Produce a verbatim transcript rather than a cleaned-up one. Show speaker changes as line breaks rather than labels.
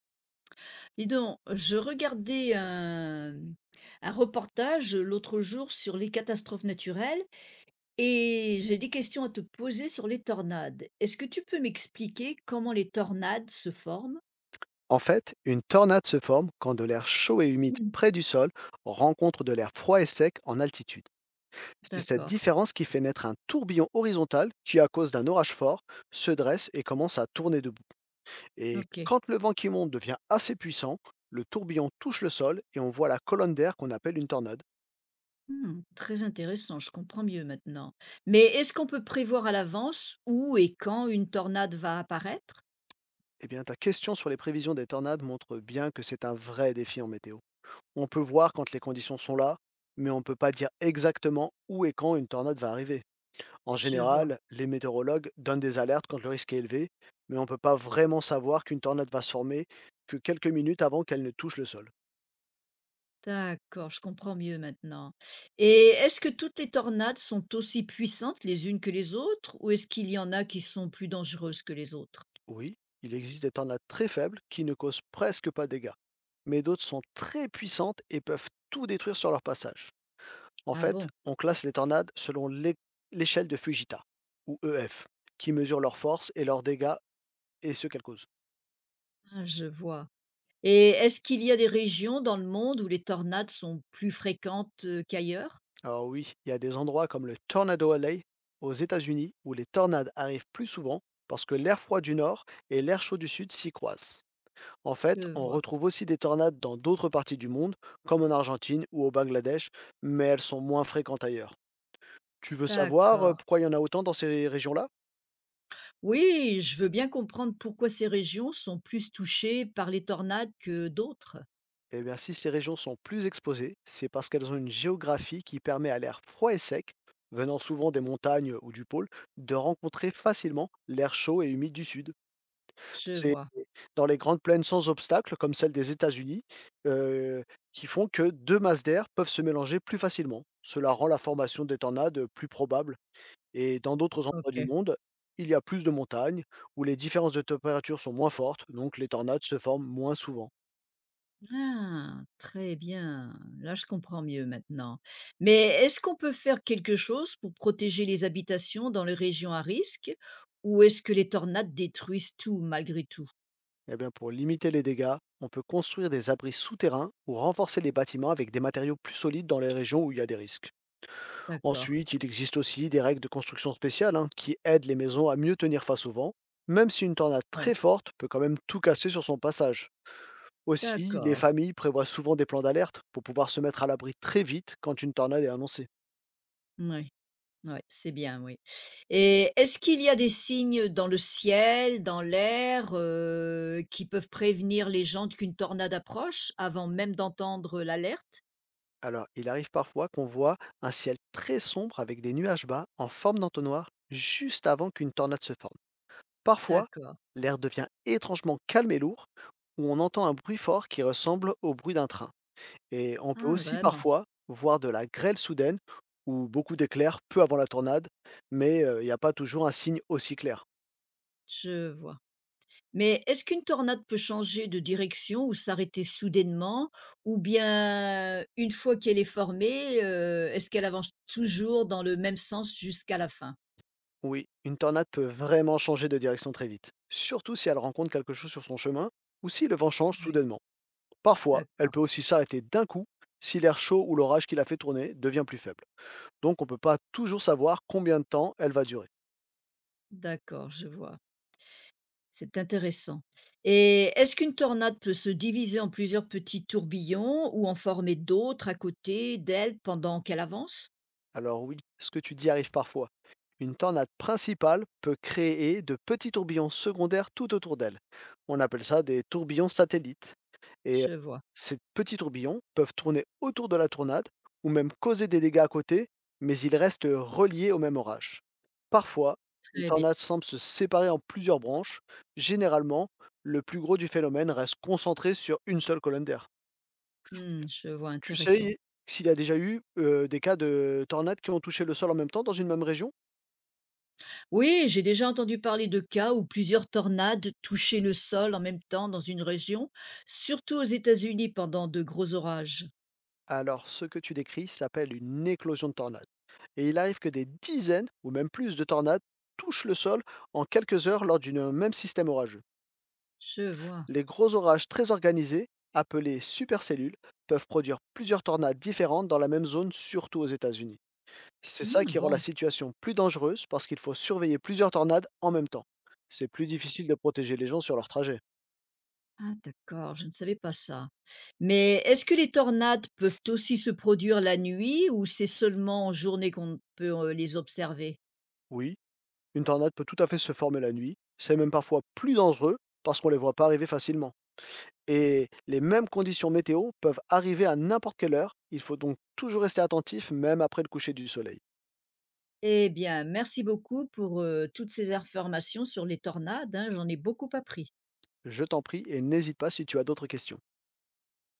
Dis donc, je regardais un, un reportage l'autre jour sur les catastrophes naturelles et j'ai des questions à te poser sur les tornades. Est-ce que tu peux m'expliquer comment les tornades se forment?
En fait, une tornade se forme quand de l'air chaud et humide
Mm.
près du sol rencontre de l'air froid et sec en altitude. C'est cette
D'accord,
différence qui fait naître un tourbillon horizontal qui, à cause d'un orage fort, se dresse et commence à tourner debout. Et
ok.
quand le vent qui monte devient assez puissant, le tourbillon touche le sol et on voit la colonne d'air qu'on appelle une tornade.
Hmm, très intéressant, je comprends mieux maintenant. Mais est-ce qu'on peut prévoir à l'avance où et quand une tornade va apparaître?
Eh bien, ta question sur les prévisions des tornades montre bien que c'est un vrai défi en météo. On peut voir quand les conditions sont là, mais on ne peut pas dire exactement où et quand une tornade va arriver. En
Je vois.
général, les météorologues donnent des alertes quand le risque est élevé, mais on ne peut pas vraiment savoir qu'une tornade va se former que quelques minutes avant qu'elle ne touche le sol.
D'accord, je comprends mieux maintenant. Et est-ce que toutes les tornades sont aussi puissantes les unes que les autres ou est-ce qu'il y en a qui sont plus dangereuses que les autres?
Oui, il existe des tornades très faibles qui ne causent presque pas de dégâts, mais d'autres sont très puissantes et peuvent tout détruire sur leur passage. En
Ah
fait,
bon,
on classe les tornades selon l'é- l'échelle de Fujita, ou E F, qui mesure leur force et leurs dégâts et ce qu'elles causent.
ah, je vois. Et est-ce qu'il y a des régions dans le monde où les tornades sont plus fréquentes euh, qu'ailleurs?
Alors oui, il y a des endroits comme le Tornado Alley aux États-Unis où les tornades arrivent plus souvent parce que l'air froid du nord et l'air chaud du sud s'y croisent. En fait,
Je
on
vois.
retrouve aussi des tornades dans d'autres parties du monde, comme en Argentine ou au Bangladesh, mais elles sont moins fréquentes ailleurs. Tu veux savoir euh,
D'accord.
pourquoi il y en a autant dans ces régions-là.
Oui, je veux bien comprendre pourquoi ces régions sont plus touchées par les tornades que d'autres.
Eh bien, si ces régions sont plus exposées, c'est parce qu'elles ont une géographie qui permet à l'air froid et sec, venant souvent des montagnes ou du pôle, de rencontrer facilement l'air chaud et humide du sud.
Je
C'est
vois.
dans les grandes plaines sans obstacles, comme celle des États-Unis, heu, qui font que deux masses d'air peuvent se mélanger plus facilement. Cela rend la formation des tornades plus probable et dans d'autres endroits du
Ok.
monde, il y a plus de montagnes où les différences de température sont moins fortes, donc les tornades se forment moins souvent.
Ah, très bien. Là, je comprends mieux maintenant. Mais est-ce qu'on peut faire quelque chose pour protéger les habitations dans les régions à risque ou est-ce que les tornades détruisent tout malgré tout?
Eh bien, pour limiter les dégâts, on peut construire des abris souterrains ou renforcer les bâtiments avec des matériaux plus solides dans les régions où il y a des risques.
D'accord.
Ensuite, il existe aussi des règles de construction spéciales hein, qui aident les maisons à mieux tenir face au vent, même si une tornade
Ouais.
très forte peut quand même tout casser sur son passage. Aussi, les
D'accord.
familles prévoient souvent des plans d'alerte pour pouvoir se mettre à l'abri très vite quand une tornade est annoncée.
Oui. Ouais, c'est bien, oui. Et est-ce qu'il y a des signes dans le ciel, dans l'air, euh, qui peuvent prévenir les gens qu'une tornade approche avant même d'entendre l'alerte?
Alors, il arrive parfois qu'on voit un ciel très sombre avec des nuages bas en forme d'entonnoir juste avant qu'une tornade se forme. Parfois,
D'accord.
l'air devient étrangement calme et lourd, où on entend un bruit fort qui ressemble au bruit d'un train. Et on peut
Ah,
aussi
vraiment.
parfois voir de la grêle soudaine ou beaucoup d'éclairs peu avant la tornade, mais heu, il n'y a pas toujours un signe aussi clair.
Je vois. Mais est-ce qu'une tornade peut changer de direction ou s'arrêter soudainement? Ou bien, une fois qu'elle est formée, heu, est-ce qu'elle avance toujours dans le même sens jusqu'à la fin?
Oui, une tornade peut vraiment changer de direction très vite, surtout si elle rencontre quelque chose sur son chemin ou si le vent change
Oui,
soudainement. Parfois, elle
d'accord,
peut aussi s'arrêter d'un coup si l'air chaud ou l'orage qui l'a fait tourner devient plus faible. Donc on ne peut pas toujours savoir combien de temps elle va durer.
d'accord, je vois. C'est intéressant. Et est-ce qu'une tornade peut se diviser en plusieurs petits tourbillons ou en former d'autres à côté d'elle pendant qu'elle avance?
Alors oui, ce que tu dis arrive parfois. Une tornade principale peut créer de petits tourbillons secondaires tout autour d'elle. On appelle ça des tourbillons satellites. Et euh,
Je vois,
Ces petits tourbillons peuvent tourner autour de la tornade ou même causer des dégâts à côté, mais ils restent reliés au même orage. Parfois, une
très bien.
tornade semble se séparer en plusieurs branches. Généralement, le plus gros du phénomène reste concentré sur une seule colonne d'air.
Mmh, je vois,
Tu
intéressant.
sais s'il y a déjà eu euh, des cas de tornades qui ont touché le sol en même temps dans une même région.
Oui, j'ai déjà entendu parler de cas où plusieurs tornades touchaient le sol en même temps dans une région, surtout aux États-Unis pendant de gros orages.
Alors, ce que tu décris s'appelle une éclosion de tornades. Et il arrive que des dizaines ou même plus de tornades touchent le sol en quelques heures lors d'un même système orageux.
Je vois.
Les gros orages très organisés, appelés supercellules, peuvent produire plusieurs tornades différentes dans la même zone, surtout aux États-Unis. C'est
Hmm,
ça qui rend la
bon,
situation plus dangereuse parce qu'il faut surveiller plusieurs tornades en même temps. C'est plus difficile de protéger les gens sur leur trajet.
ah, d'accord, je ne savais pas ça. Mais est-ce que les tornades peuvent aussi se produire la nuit ou c'est seulement en journée qu'on peut euh, les observer?
Oui, une tornade peut tout à fait se former la nuit, c'est même parfois plus dangereux parce qu'on ne les voit pas arriver facilement. Et les mêmes conditions météo peuvent arriver à n'importe quelle heure. Il faut donc toujours rester attentif, même après le coucher du soleil.
Eh bien, merci beaucoup pour euh, toutes ces informations sur les tornades, hein, j'en ai beaucoup appris.
Je t'en prie et n'hésite pas si tu as d'autres questions.